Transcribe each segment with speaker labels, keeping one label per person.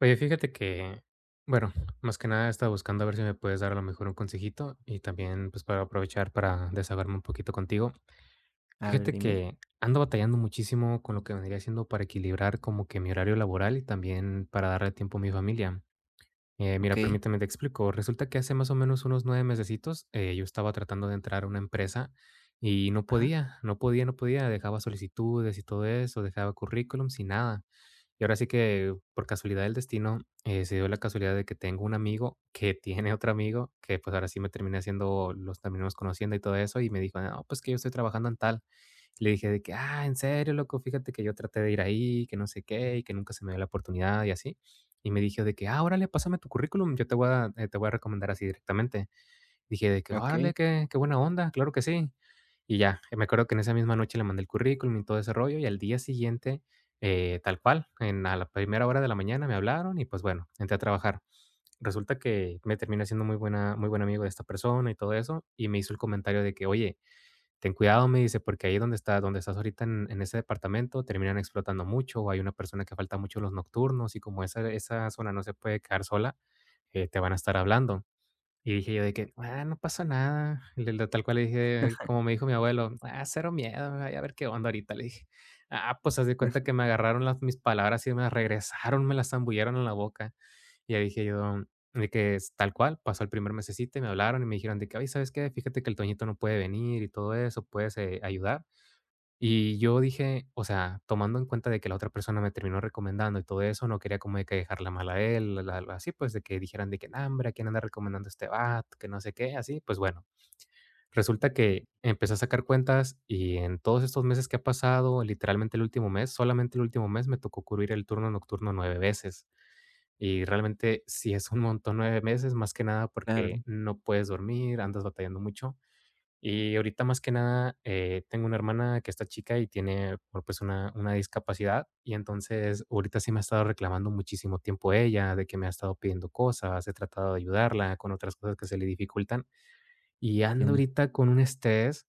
Speaker 1: Oye, fíjate que, bueno, más que nada estaba buscando a ver si me puedes dar a lo mejor un consejito y también pues para aprovechar para desahogarme un poquito contigo.
Speaker 2: A ver,
Speaker 1: Fíjate
Speaker 2: dime.
Speaker 1: que ando batallando muchísimo con lo que vendría siendo para equilibrar como que mi horario laboral y también para darle tiempo a mi familia. Mira,
Speaker 2: Okey.
Speaker 1: permíteme te explico. Resulta que hace más o menos unos 9 mesecitos, yo estaba tratando de entrar a una empresa y
Speaker 2: Ajá,
Speaker 1: no podía. Dejaba solicitudes y todo eso, dejaba currículums y nada. Y ahora sí que por casualidad del destino, se dio la casualidad de que tengo un amigo que tiene otro amigo que pues ahora sí me terminé haciendo, los terminamos conociendo y todo eso y me dijo, no, pues que yo estoy trabajando en tal. Le dije de que, ah, en serio, loco, fíjate que yo traté de ir ahí, que no sé qué, y que nunca se me dio la oportunidad y así. Y me dijo de que: "Ah, órale, pásame tu currículum, yo te voy a recomendar así directamente". Dije de que: "Órale,
Speaker 2: okey.
Speaker 1: qué buena onda, claro que sí". Y ya, me acuerdo que en esa misma noche le mandé el currículum y todo ese rollo, y al día siguiente, tal cual, en a la primera hora de la mañana me hablaron y, pues, bueno, entré a trabajar. Resulta que me terminé siendo muy buen amigo de esta persona y todo eso, y me hizo el comentario de que: "Oye, ten cuidado", me dice, "porque ahí donde estás ahorita en ese departamento terminan explotando mucho, o hay una persona que falta mucho los nocturnos, y como esa zona no se puede quedar sola, te van a estar hablando". Y dije yo de que:
Speaker 2: Okey,
Speaker 1: "Ah, no pasa nada". Le tal cual le dije, como me dijo mi abuelo: "Ah, cero miedo, ay, a ver qué onda ahorita", le dije. Ah, pues haz de cuenta que me agarraron las mis palabras y me las regresaron, me las zambulleron en la boca. Y ya dije yo, de que es tal cual, pasó el primer mesecito y me hablaron y me dijeron de que: "Ay, ¿sabes qué? Fíjate que el Toñito no puede venir y todo eso, puedes ayudar". Y yo dije, o sea, tomando en cuenta de que la otra persona me terminó recomendando y todo eso, no quería como de que dejarla mal a él, así pues de que dijeran de que: "Nah, hombre, ¿a quién anda recomendando este vato? Que no sé qué", así, pues bueno. Resulta
Speaker 2: okey.
Speaker 1: que empecé a sacar cuentas y en todos estos meses que ha pasado, literalmente el último mes, solamente el último mes me tocó cubrir el turno nocturno 9 veces. Y realmente sí es un montón 9 meses, más que nada porque
Speaker 2: Claro.
Speaker 1: no puedes dormir, andas batallando mucho. Y ahorita más que nada, tengo una hermana que está chica y tiene, bueno, pues una discapacidad, y entonces ahorita sí me ha estado reclamando muchísimo tiempo ella, de que me ha estado pidiendo cosas, he tratado de ayudarla con otras cosas que se le dificultan. Y ando
Speaker 2: Entiendo.
Speaker 1: ahorita con un estrés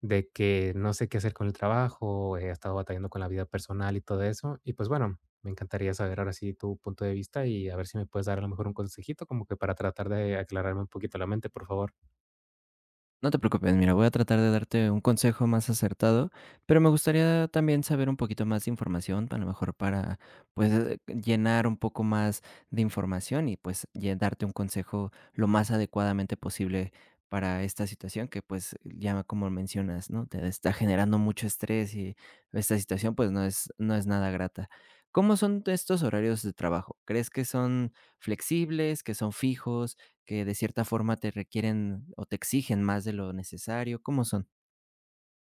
Speaker 1: de que no sé qué hacer con el trabajo, he estado batallando con la vida personal y todo eso. Y pues bueno, me encantaría saber ahora sí tu punto de vista y a ver si me puedes dar a lo mejor un consejito como que para tratar de aclararme un poquito la mente, por favor.
Speaker 2: No te preocupes, mira, voy a tratar de darte un consejo más acertado, pero me gustaría también saber un poquito más de información, a lo mejor para, pues, llenar un poco más de información y, pues, darte un consejo lo más adecuadamente posible para esta situación que, pues, ya como mencionas, ¿no? Te está generando mucho estrés y esta situación, pues, no es nada grata. ¿Cómo son estos horarios de trabajo? ¿Crees que son flexibles, que son fijos? Que de cierta forma te requieren o te exigen más de lo necesario, ¿cómo son?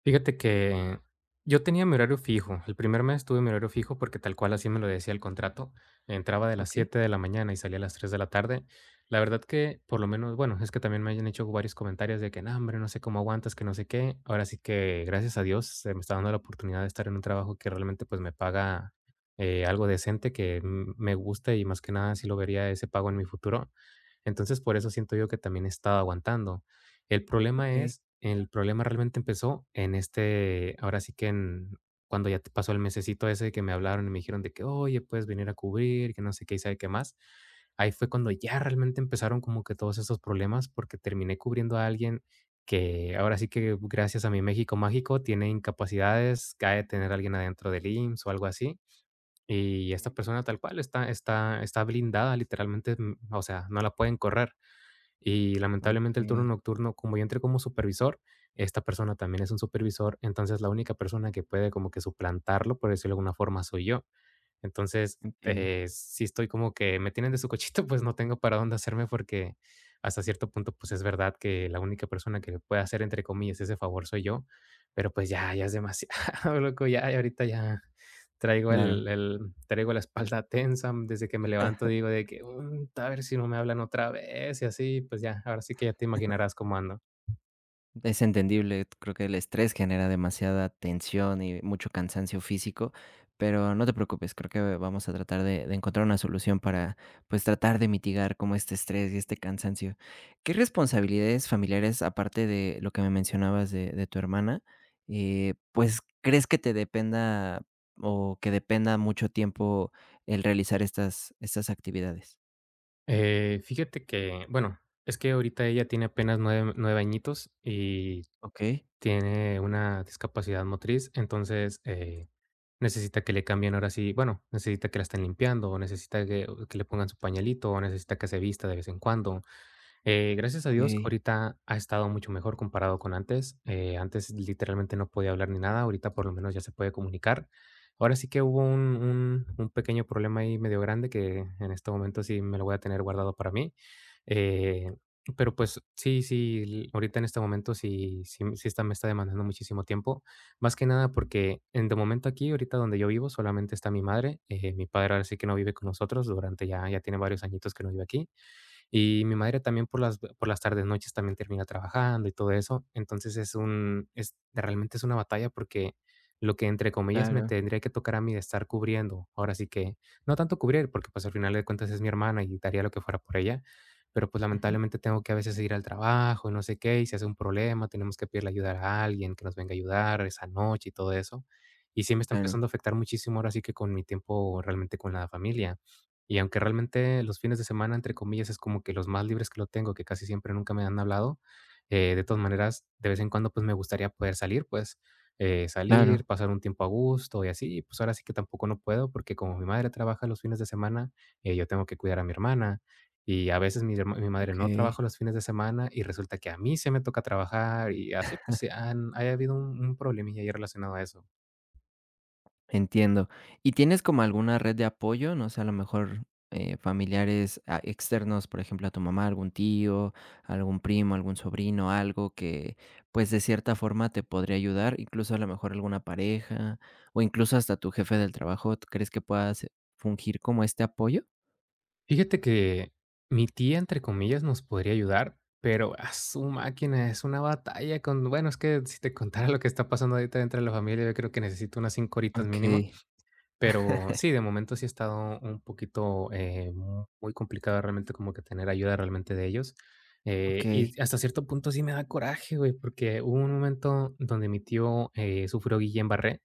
Speaker 1: Fíjate que yo tenía mi horario fijo. El primer mes tuve mi horario fijo porque tal cual así me lo decía el contrato. Entraba de las
Speaker 2: Okey,
Speaker 1: 7 de la mañana y salía a las 3 de la tarde. La verdad que por lo menos, bueno, es que también me hayan hecho varios comentarios de que, no, hombre, no sé cómo aguantas, que no sé qué. Ahora sí que gracias a Dios se me está dando la oportunidad de estar en un trabajo que realmente pues me paga algo decente, que me gusta y más que nada si lo vería ese pago en mi futuro. Entonces por eso siento yo que también he estado aguantando.
Speaker 2: okey,
Speaker 1: El problema realmente empezó en este ahora sí que en cuando ya te pasó el mesecito ese que me hablaron y me dijeron de que: "Oye, puedes venir a cubrir", que no sé qué y sabe qué más. Ahí fue cuando ya realmente empezaron como que todos esos problemas, porque terminé cubriendo a alguien que ahora sí que gracias a mi México mágico tiene incapacidades, cae ha de tener a alguien adentro del IMSS o algo así. Y esta persona tal cual está blindada literalmente, o sea, no la pueden correr. Y lamentablemente el turno
Speaker 2: okey,
Speaker 1: nocturno, como yo entré como supervisor, esta persona también es un supervisor, entonces la única persona que puede como que suplantarlo, por decirlo de alguna forma, soy yo. Entonces,
Speaker 2: entiendo,
Speaker 1: sí estoy como que me tienen de su cochito, pues no tengo para dónde hacerme porque hasta cierto punto, pues es verdad que la única persona que le puede hacer, entre comillas, ese favor soy yo, pero pues ya, ya es demasiado, loco, ya, y ahorita ya traigo
Speaker 2: claro.
Speaker 1: el, el- traigo la espalda tensa desde que me levanto, digo de que: "Mm, a ver si no me hablan otra vez" y así, pues ya, ahora sí que ya te imaginarás cómo ando.
Speaker 2: Es entendible, creo que el estrés genera demasiada tensión y mucho cansancio físico, pero no te preocupes, creo que vamos a tratar de encontrar una solución para, pues, tratar de mitigar como este estrés y este cansancio. ¿Qué responsabilidades familiares, aparte de lo que me mencionabas de tu hermana, pues, crees que te dependa o que dependa mucho tiempo el realizar estas actividades?
Speaker 1: Fíjate que, bueno, es que ahorita ella tiene apenas 9 añitos y
Speaker 2: Ok,
Speaker 1: tiene una discapacidad motriz, entonces, necesita que le cambien ahora sí, bueno, necesita que la estén limpiando, o necesita que le pongan su pañalito, o necesita que se vista de vez en cuando. Gracias a Dios,
Speaker 2: ok,
Speaker 1: ahorita ha estado mucho mejor comparado con antes. Antes literalmente no podía hablar ni nada, ahorita por lo menos ya se puede comunicar. Ahora sí que hubo un pequeño problema ahí medio grande que en este momento sí me lo voy a tener guardado para mí. Eh, pero pues sí, sí, ahorita en este momento sí, sí, sí está, me está demandando muchísimo tiempo. Más que nada porque en de momento aquí, ahorita donde yo vivo, solamente está mi madre. Mi padre ahora sí que no vive con nosotros durante ya tiene varios añitos que no vive aquí. Y mi
Speaker 2: ok,
Speaker 1: madre también por las tardes, noches también termina trabajando y todo eso. Entonces es un es realmente es una batalla porque lo que entre comillas me
Speaker 2: claro,
Speaker 1: tendría que tocar a mí de estar cubriendo, ahora sí que no tanto cubrir, porque pues al final de cuentas es mi hermana y daría lo que fuera por ella, pero pues
Speaker 2: ujú,
Speaker 1: lamentablemente tengo que a veces ir al trabajo y no sé qué, y si hace un problema, tenemos que pedirle ayuda a alguien que nos venga a ayudar esa noche y todo eso. Y sí me está
Speaker 2: claro,
Speaker 1: empezando a afectar muchísimo ahora sí que con mi tiempo realmente con la familia. Y aunque realmente los fines de semana, entre comillas, es como que los más libres que lo tengo, que casi siempre nunca me han hablado, de
Speaker 2: ujú,
Speaker 1: todas maneras, de vez en cuando, pues, me gustaría poder salir, pues,
Speaker 2: claro,
Speaker 1: salir, pasar un tiempo a gusto y así. Y, pues, ahora sí que tampoco no puedo, porque como mi madre trabaja los fines de semana, yo tengo que cuidar a mi hermana, y a veces mi madre
Speaker 2: ok.
Speaker 1: no trabaja los fines de semana, y resulta que a mí se me toca trabajar, y así, pues, sí han ha habido un problemilla ahí relacionado a eso.
Speaker 2: Entiendo. ¿Y tienes como alguna red de apoyo? No sé, a lo mejor, familiares, ah, externos, por ejemplo, a tu mamá, algún tío, algún primo, algún sobrino, algo que, pues, de cierta forma te podría ayudar, incluso a lo mejor alguna pareja, o incluso hasta tu jefe del trabajo, ¿tú crees que puedas fungir como este apoyo?
Speaker 1: Fíjate que mi tía, entre comillas, nos podría ayudar, pero a su máquina es una batalla con, bueno, es que si te contara lo que está pasando ahorita dentro de la familia, yo creo que necesito unas 5 horitas mínimo,
Speaker 2: Okey,
Speaker 1: pero sí, de momento sí ha estado un poquito, mu muy complicado realmente como que tener ayuda realmente de ellos,
Speaker 2: okey,
Speaker 1: y hasta cierto punto sí me da coraje, güey, porque hubo un momento donde mi tío, sufrió Guillain-Barré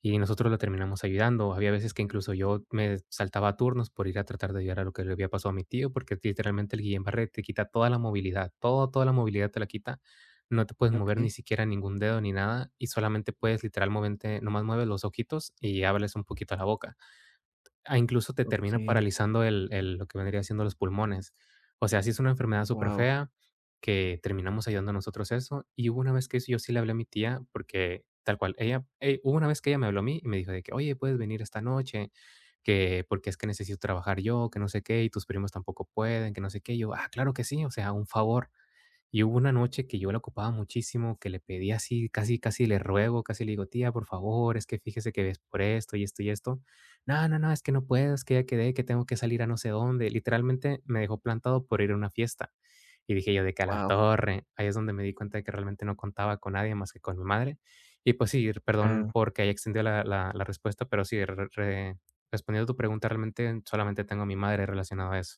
Speaker 1: y nosotros lo terminamos ayudando. Había veces que incluso yo me saltaba turnos por ir a tratar de ayudar a lo que le había pasado a mi tío, porque literalmente el Guillain-Barré te quita toda la movilidad, todo toda la movilidad te la quita. No te puedes mover ni
Speaker 2: okey,
Speaker 1: siquiera ningún dedo ni nada, y solamente puedes literal moverte, nomás mueves los ojitos y hables un poquito la boca. Ah, incluso te termina
Speaker 2: okey.
Speaker 1: paralizando el lo que vendría siendo los pulmones. O sea, sí es una enfermedad súper
Speaker 2: Wow,
Speaker 1: fea que terminamos ayudando a nosotros eso. Y hubo una vez que eso yo sí le hablé a mi tía porque tal cual, ella hubo una vez que ella me habló a mí y me dijo de que: "Oye, puedes venir esta noche, que porque es que necesito trabajar yo, que no sé qué, y tus primos tampoco pueden, que no sé qué". Y yo: "Ah, claro que sí, o sea, un favor". Y hubo una noche que yo la ocupaba muchísimo, que le pedí así, casi, casi le ruego, casi le digo: "Tía, por favor, es que fíjese que ves por esto y esto y esto". "No, no, no, es que no puedo, es que ya quedé, que tengo que salir a no sé dónde". Literalmente me dejó plantado por ir a una fiesta. Y dije yo, de que a la
Speaker 2: wow,
Speaker 1: torre. Ahí es donde me di cuenta de que realmente no contaba con nadie más que con mi madre. Y pues sí, perdón
Speaker 2: claro.
Speaker 1: porque ahí extendió la respuesta, pero sí, respondiendo a tu pregunta, realmente solamente tengo a mi madre relacionado a eso.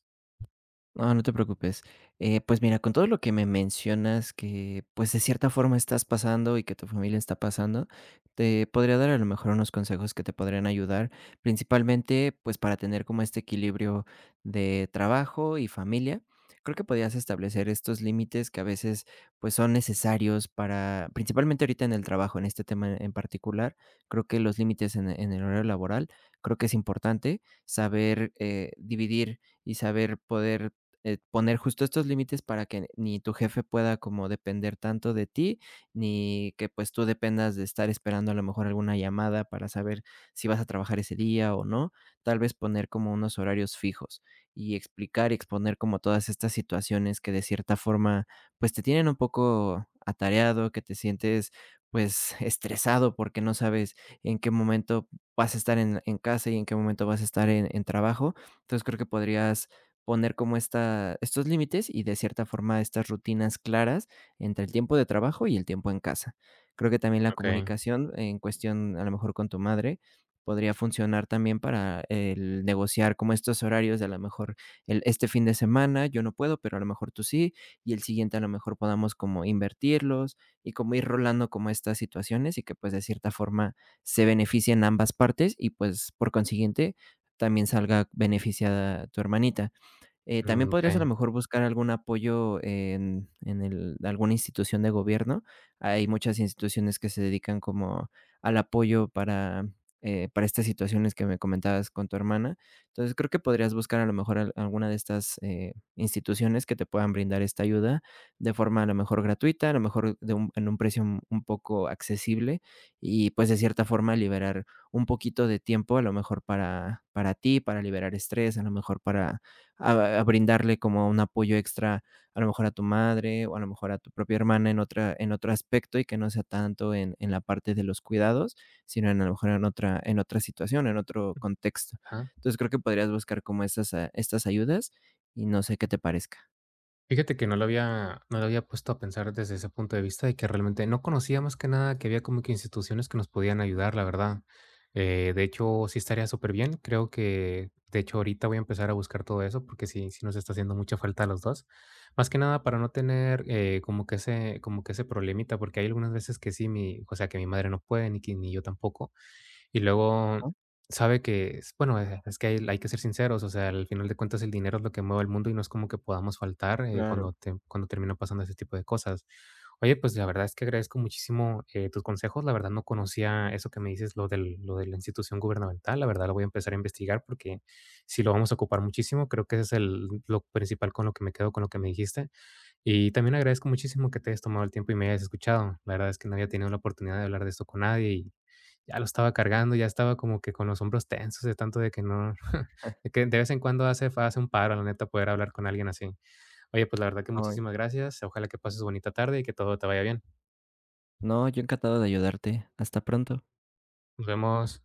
Speaker 2: No, no te preocupes. Pues mira, con todo lo que me mencionas que, pues, de cierta forma estás pasando y que tu familia está pasando, te podría dar a lo mejor unos consejos que te podrían ayudar, principalmente, pues, para tener como este equilibrio de trabajo y familia. Creo que podrías establecer estos límites que a veces, pues, son necesarios para, principalmente ahorita en el trabajo, en este tema en particular, creo que los límites en el horario laboral, creo que es importante saber dividir y saber poder poner justo estos límites para que ni tu jefe pueda como depender tanto de ti, ni que pues tú dependas de estar esperando a lo mejor alguna llamada para saber si vas a trabajar ese día o no. Tal vez poner como unos horarios fijos y explicar y exponer como todas estas situaciones que de cierta forma pues te tienen un poco atareado, que te sientes pues estresado porque no sabes en qué momento vas a estar en casa y en qué momento vas a estar en trabajo. Entonces creo que podrías poner como esta estos límites y de cierta forma estas rutinas claras entre el tiempo de trabajo y el tiempo en casa. Creo que también la
Speaker 1: Ok.
Speaker 2: comunicación en cuestión, a lo mejor con tu madre, podría funcionar también para el negociar como estos horarios de a lo mejor el este fin de semana yo no puedo, pero a lo mejor tú sí, y el siguiente a lo mejor podamos como invertirlos y como ir rolando como estas situaciones y que, pues, de cierta forma se beneficien ambas partes y, pues, por consiguiente, también salga beneficiada tu hermanita. También
Speaker 1: Mm, ok.
Speaker 2: podrías a lo mejor buscar algún apoyo alguna institución de gobierno. Hay muchas instituciones que se dedican como al apoyo para estas situaciones que me comentabas con tu hermana. Entonces creo que podrías buscar a lo mejor alguna de estas instituciones que te puedan brindar esta ayuda de forma a lo mejor gratuita, a lo mejor de en un precio un poco accesible y pues de cierta forma liberar un poquito de tiempo, a lo mejor para ti, para liberar estrés, a lo mejor para a brindarle como un apoyo extra, a lo mejor a tu madre, o a lo mejor a tu propia hermana en otra en otro aspecto, y que no sea tanto en la parte de los cuidados, sino en a lo mejor en otra situación, en otro contexto.
Speaker 1: Ajá.
Speaker 2: Entonces, creo que podrías buscar como estas a estas ayudas, y no sé qué te parezca,
Speaker 1: Fíjate que no lo había puesto a pensar desde ese punto de vista, de que realmente no conocía más que nada que había como que instituciones que nos podían ayudar, la verdad. De hecho, sí estaría súper bien. Creo que, de hecho, ahorita voy a empezar a buscar todo eso, porque sí, sí nos está haciendo mucha falta a los dos. Más que nada para no tener como que ese problemita, porque hay algunas veces que sí, mi, o sea, que mi madre no puede, ni yo tampoco. Y luego
Speaker 2: ¿no?
Speaker 1: sabe que, es bueno, es que hay que ser sinceros, o sea, al final de cuentas el dinero es lo que mueve el mundo y no es como que podamos faltar,
Speaker 2: Claro.
Speaker 1: cuando termina pasando ese tipo de cosas. Oye, pues, la verdad es que agradezco muchísimo, tus consejos. La verdad no conocía eso que me dices, lo de la institución gubernamental. La verdad lo voy a empezar a investigar porque si lo vamos a ocupar muchísimo. Creo que ese es el lo principal con lo que me quedo con lo que me dijiste. Y también agradezco muchísimo que te hayas tomado el tiempo y me hayas escuchado. La verdad es que no había tenido la oportunidad de hablar de esto con nadie y ya lo estaba cargando, ya estaba como que con los hombros tensos de tanto de que no, de que de vez en cuando hace un paro, la neta, poder hablar con alguien así. Oye, pues la verdad que
Speaker 2: Ay,
Speaker 1: muchísimas gracias. Ojalá que pases bonita tarde y que todo te vaya bien.
Speaker 2: no, yo encantado de ayudarte. Hasta pronto.
Speaker 1: Nos vemos.